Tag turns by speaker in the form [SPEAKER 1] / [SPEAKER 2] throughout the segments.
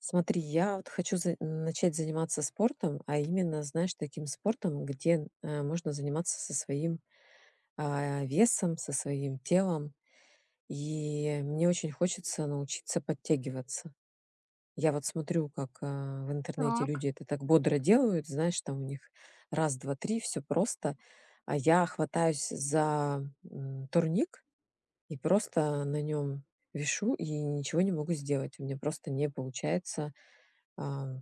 [SPEAKER 1] Смотри, я вот хочу начать заниматься спортом, а именно, знаешь, таким спортом, где можно заниматься со своим весом, со своим телом. И мне очень хочется научиться подтягиваться. Я вот смотрю, как в интернете
[SPEAKER 2] Так,
[SPEAKER 1] люди это так бодро делают, знаешь, там у них раз, два, три, все просто. А я хватаюсь за турник и просто на нем вешу и ничего не могу сделать. У меня просто не получается а,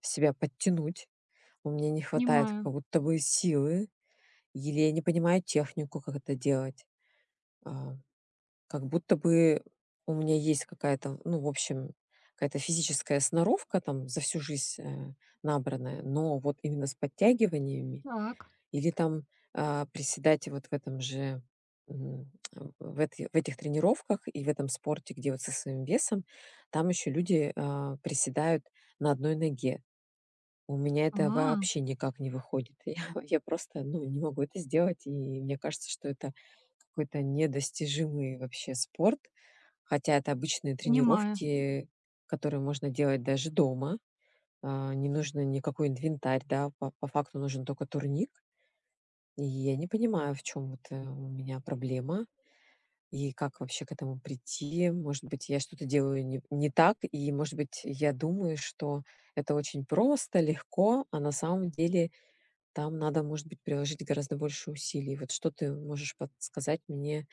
[SPEAKER 1] себя подтянуть. У меня не хватает
[SPEAKER 2] понимаю.
[SPEAKER 1] как будто бы силы, или я не понимаю технику, как это делать. А, как будто бы у меня есть какая-то, ну, в общем, какая-то физическая сноровка там за всю жизнь набранная, но вот именно с подтягиваниями
[SPEAKER 2] Так.
[SPEAKER 1] или там приседать вот в этом же м, в этих тренировках и в этом спорте, где вот со своим весом, там еще люди приседают на одной ноге. У меня это
[SPEAKER 2] А,
[SPEAKER 1] вообще никак не выходит. Я просто, ну, не могу это сделать, и мне кажется, что это какой-то недостижимый вообще спорт, хотя это обычные
[SPEAKER 2] понимаю.
[SPEAKER 1] тренировки, которые можно делать даже дома. Не нужно никакой инвентарь, да, по факту нужен только турник. И я не понимаю, в чем вот у меня проблема и как вообще к этому прийти. Может быть, я что-то делаю не так, и, может быть, я думаю, что это очень просто, легко, а на самом деле там надо, может быть, приложить гораздо больше усилий. Вот что ты можешь подсказать мне,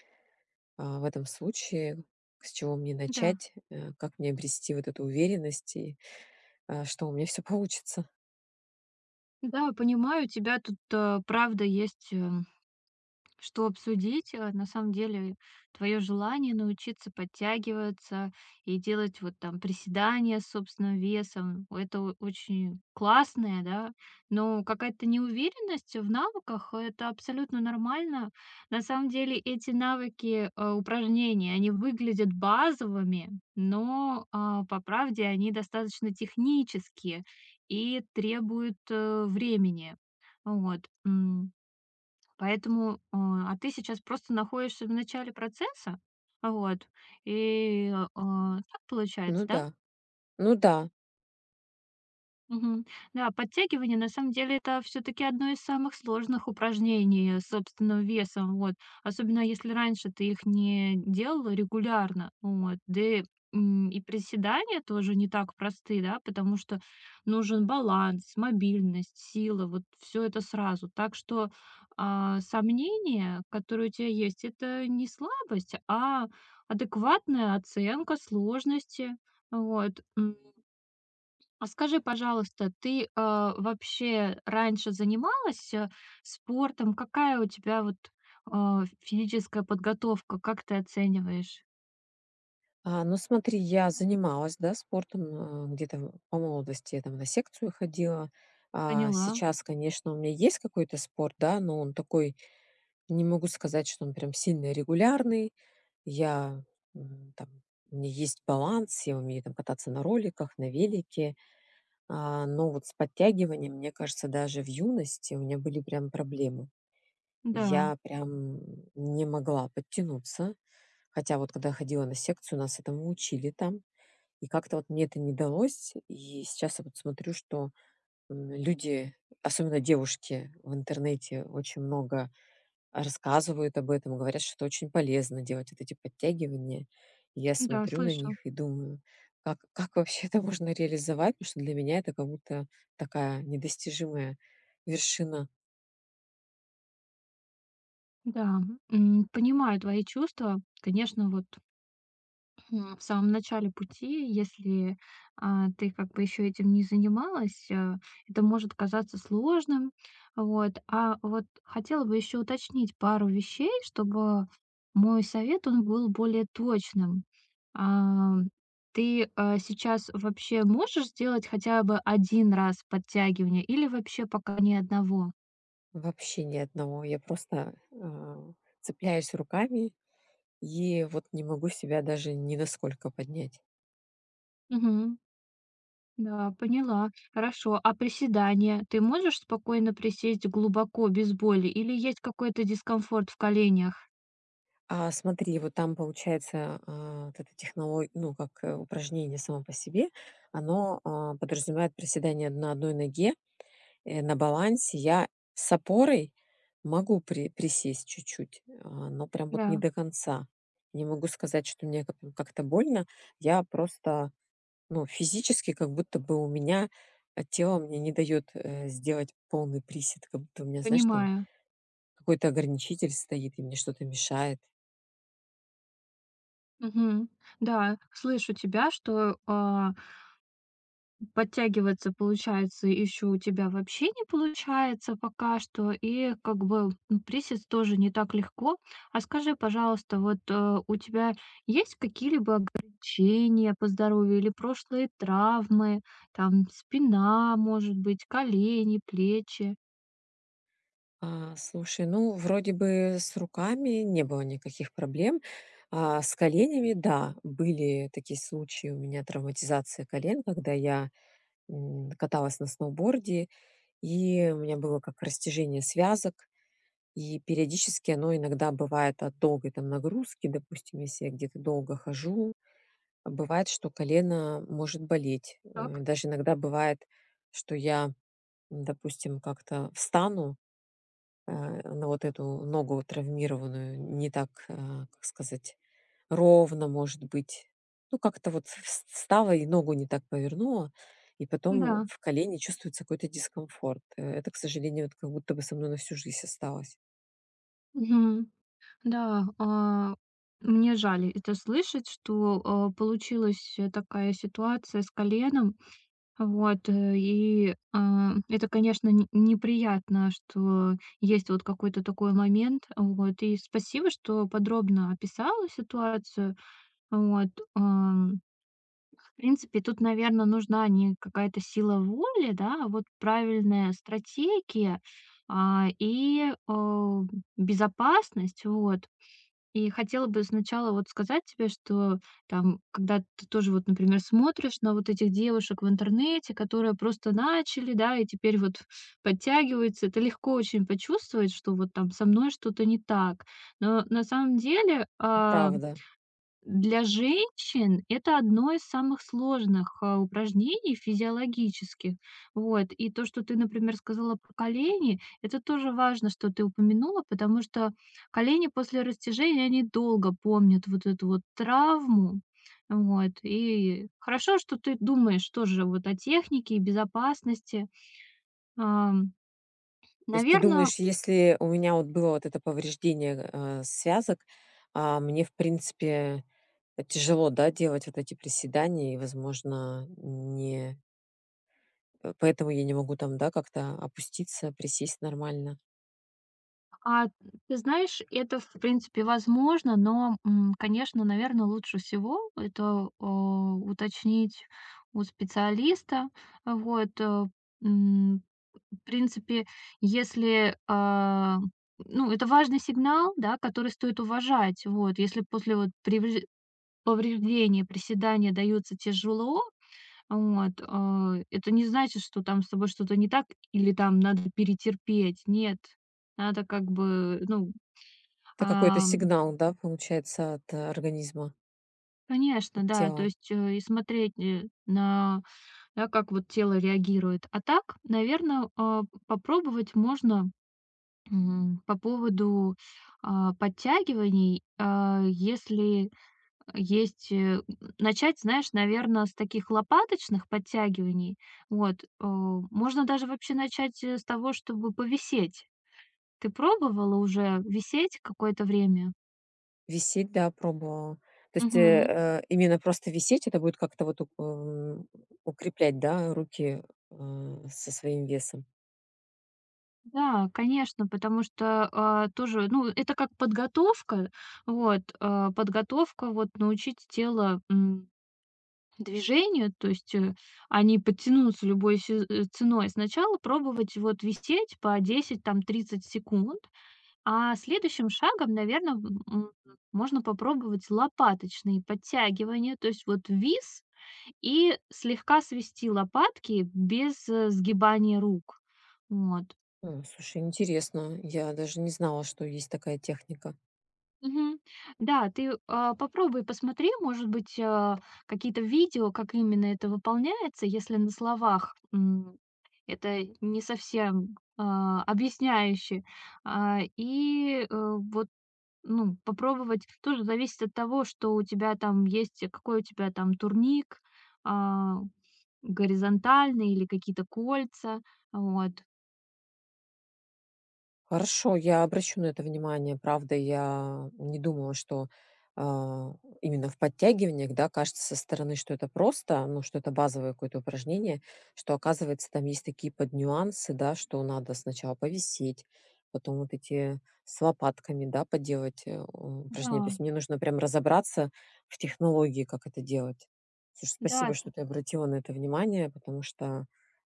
[SPEAKER 1] в этом случае? С чего мне
[SPEAKER 2] Да.
[SPEAKER 1] начать? Как мне обрести вот эту уверенность и, что у меня все получится?
[SPEAKER 2] Да, понимаю, у тебя тут, правда есть, что обсудить. На самом деле, твое желание научиться подтягиваться и делать вот там приседания с собственным весом, это очень классное, да, но какая-то неуверенность в навыках, это абсолютно нормально. На самом деле, эти навыки, упражнения, они выглядят базовыми, но, по правде, они достаточно технические и требуют времени. Вот. Поэтому, ты сейчас просто находишься в начале процесса, вот, и, а, так получается,
[SPEAKER 1] Ну
[SPEAKER 2] да?
[SPEAKER 1] да, ну да.
[SPEAKER 2] Мгм. Да, подтягивание на самом деле это все-таки одно из самых сложных упражнений с собственным весом. Вот. Особенно если раньше ты их не делала регулярно. Вот. Да и и приседания тоже не так просты, да, потому что нужен баланс, мобильность, сила, вот все это сразу. Так что сомнения, которые у тебя есть, это не слабость, а адекватная оценка сложности. Вот. А скажи, пожалуйста, ты, вообще раньше занималась, спортом? Какая у тебя вот, физическая подготовка? Как ты оцениваешь?
[SPEAKER 1] Ну смотри, я занималась, да, спортом, где-то по молодости я там на секцию ходила.
[SPEAKER 2] Поняла.
[SPEAKER 1] Сейчас, конечно, у меня есть какой-то спорт, да, но он такой. Не могу сказать, что он прям сильно регулярный. Я, там, у меня есть баланс, я умею там кататься на роликах, на велике, но вот с подтягиванием, мне кажется, даже в юности у меня были прям проблемы.
[SPEAKER 2] Да,
[SPEAKER 1] Я прям не могла подтянуться, хотя вот когда я ходила на секцию, нас этому учили там, и как-то вот мне это не далось. И сейчас я вот смотрю, что, люди, особенно девушки, в интернете очень много рассказывают об этом, говорят, что это очень полезно делать вот эти подтягивания. И я
[SPEAKER 2] да,
[SPEAKER 1] смотрю на
[SPEAKER 2] слышу.
[SPEAKER 1] них и думаю: как вообще это можно реализовать? Потому что для меня это как будто такая недостижимая вершина.
[SPEAKER 2] Да, понимаю твои чувства. Конечно, вот. В самом начале пути, если ты как бы еще этим не занималась, это может казаться сложным. Вот. А вот хотела бы еще уточнить пару вещей, чтобы мой совет он был более точным. А, Ты сейчас вообще можешь сделать хотя бы один раз подтягивание или вообще пока ни одного?
[SPEAKER 1] Вообще ни одного. Я просто, цепляюсь руками и вот не могу себя даже ни на сколько поднять.
[SPEAKER 2] Мгм. Да, поняла. Хорошо. А приседания? Ты можешь спокойно присесть глубоко, без боли, или есть какой-то дискомфорт в коленях?
[SPEAKER 1] А смотри, вот там получается, вот эта техноло ну, как, упражнение само по себе, оно, подразумевает приседание на одной ноге. На балансе я с опорой могу присесть чуть-чуть, но прям вот не
[SPEAKER 2] Да,
[SPEAKER 1] до конца. Не могу сказать, что мне как-то больно. Я просто, ну, физически как будто бы у меня, тело мне не дает сделать полный присед, как будто у меня, знаешь, там
[SPEAKER 2] понимаю.
[SPEAKER 1] какой-то ограничитель стоит и мне что-то мешает.
[SPEAKER 2] Мгм. Да, слышу тебя, что подтягиваться, получается, еще у тебя вообще не получается пока что, и как бы присесть тоже не так легко. А скажи, пожалуйста, вот у тебя есть какие-либо ограничения по здоровью или прошлые травмы, там спина, может быть, колени, плечи?
[SPEAKER 1] Слушай, ну, вроде бы с руками не было никаких проблем, а с коленями, да, были такие случаи у меня травматизации колен, когда я каталась на сноуборде, и у меня было как растяжение связок, и периодически оно иногда бывает от долгой там нагрузки, допустим, если я где-то долго хожу, а бывает, что колено может болеть.
[SPEAKER 2] Так,
[SPEAKER 1] Даже иногда бывает, что допустим, как-то встану э, на вот эту ногу травмированную, не так, как сказать, ровно, может быть. Ну, как-то вот вс встала и ногу не так повернула, и потом
[SPEAKER 2] да.
[SPEAKER 1] в колене чувствуется какой-то дискомфорт. Это, к сожалению, вот как будто бы со мной на всю жизнь осталось.
[SPEAKER 2] Мгм. Да, мне жаль это слышать, что получилась такая ситуация с коленом. Вот, это, конечно, н неприятно, что есть вот какой-то такой момент. Вот, и спасибо, что подробно описала ситуацию. Вот, ам, в принципе, тут, наверное, нужна не какая-то сила воли, да, а вот правильная стратегия, а, и, а, безопасность. Вот. И хотела бы сначала вот сказать тебе, что там, когда ты тоже вот, например, смотришь на вот этих девушек в интернете, которые просто начали, да, и теперь вот подтягиваются, это легко очень почувствовать, что вот там со мной что-то не так. Но на самом деле,
[SPEAKER 1] Ну, правда.
[SPEAKER 2] для женщин это одно из самых сложных, упражнений физиологических. Вот. И то, что ты, например, сказала про колени, это тоже важно, что ты упомянула, потому что колени после растяжения, они долго помнят вот эту вот травму. Вот. И хорошо, что ты думаешь тоже вот о технике и безопасности. Наверное.
[SPEAKER 1] То есть ты думаешь, если у меня вот было вот это повреждение, связок, мне, в принципе, тяжело, да, делать вот эти приседания и, возможно, не э, поэтому я не могу там, да, как-то опуститься, присесть нормально.
[SPEAKER 2] А, Ты знаешь, это, в принципе, возможно, но, конечно, наверное, лучше всего это уточнить у специалиста. Вот, м, в принципе, если, ну, это важный сигнал, да, который стоит уважать. Вот, если после вот повреждения, приседания даются тяжело, вот, это не значит, что там с тобой что-то не так или там надо перетерпеть. Нет, надо как бы, ну,
[SPEAKER 1] Это какой-то
[SPEAKER 2] Ам,
[SPEAKER 1] сигнал, да, получается, от организма?
[SPEAKER 2] конечно, да, то
[SPEAKER 1] Хотела.
[SPEAKER 2] есть, и смотреть, на, да, как вот тело реагирует. А так, наверное, попробовать можно, по поводу, подтягиваний, если есть, начать, знаешь, наверное, с таких лопаточных подтягиваний. Вот, можно даже вообще начать, с того, чтобы повисеть. Ты пробовала уже висеть какое-то время?
[SPEAKER 1] Висеть, да, пробовала. То есть,
[SPEAKER 2] Мгм.
[SPEAKER 1] именно просто висеть — это будет как-то вот укреплять, да, руки, со своим весом.
[SPEAKER 2] Да, конечно, потому что, тоже, ну, это как подготовка, вот, подготовка, вот, научить тело, движению, то есть, а не подтянуться любой ценой. Сначала пробовать вот висеть по 10 там, 30 секунд, а следующим шагом, наверное, можно попробовать лопаточные подтягивания, то есть вот вис и слегка свести лопатки без, сгибания рук. Вот.
[SPEAKER 1] Слушай, интересно. Я даже не знала, что есть такая техника.
[SPEAKER 2] Мгм. Да, ты, попробуй, посмотри, может быть, какие-то видео, как именно это выполняется, если на словах, это не совсем, объясняюще. Вот, ну, попробовать. Тоже зависит от того, что у тебя там есть, какой у тебя там турник, а, горизонтальный или какие-то кольца. Вот.
[SPEAKER 1] Хорошо, я обращу на это внимание. Правда, я не думала, что а, именно в подтягиваниях, да, кажется со стороны, что это просто, ну, что это базовое какое-то упражнение, что, оказывается, там есть такие поднюансы, да, что надо сначала повисеть, потом вот эти с лопатками, да, поделать упражнения. То
[SPEAKER 2] Да,
[SPEAKER 1] есть мне нужно прям разобраться в технологии, как это делать. Слушай,
[SPEAKER 2] да.
[SPEAKER 1] спасибо, что ты обратила на это внимание, потому что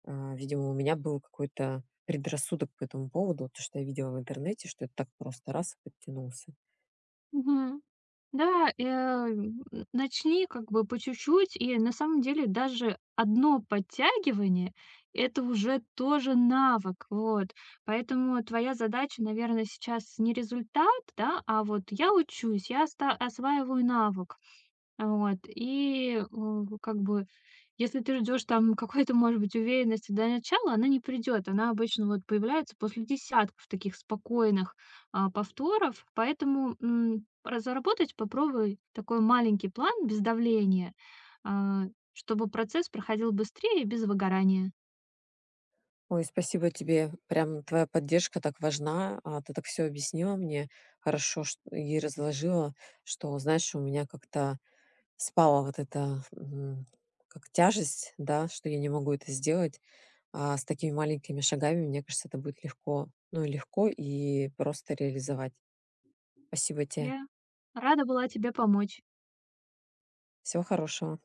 [SPEAKER 1] видимо, у меня был какой-то предрассудок по этому поводу, то, что я видела в интернете, что это так просто раз и подтянулся.
[SPEAKER 2] Мгм. Да, начни как бы по чуть-чуть, и на самом деле даже одно подтягивание- это уже тоже навык, вот. Поэтому твоя задача, наверное, сейчас не результат, да, а вот я учусь, я оста осваиваю навык. Вот, как бы, если ты ждешь там какой-то, может быть, уверенности до начала, она не придет. Она обычно вот появляется после десятков таких спокойных, повторов. Поэтому, разработать попробуй такой маленький план без давления, а, чтобы процесс проходил быстрее и без выгорания.
[SPEAKER 1] Ой, спасибо тебе. Прям твоя поддержка так важна. Ты так все объяснила мне хорошо и разложила, что, знаешь, у меня как-то спала вот эта как тяжесть, да, что я не могу это сделать. А с такими маленькими шагами, мне кажется, это будет легко, ну, легко и просто реализовать. Спасибо тебе.
[SPEAKER 2] Я рада была тебе помочь.
[SPEAKER 1] Всего хорошего.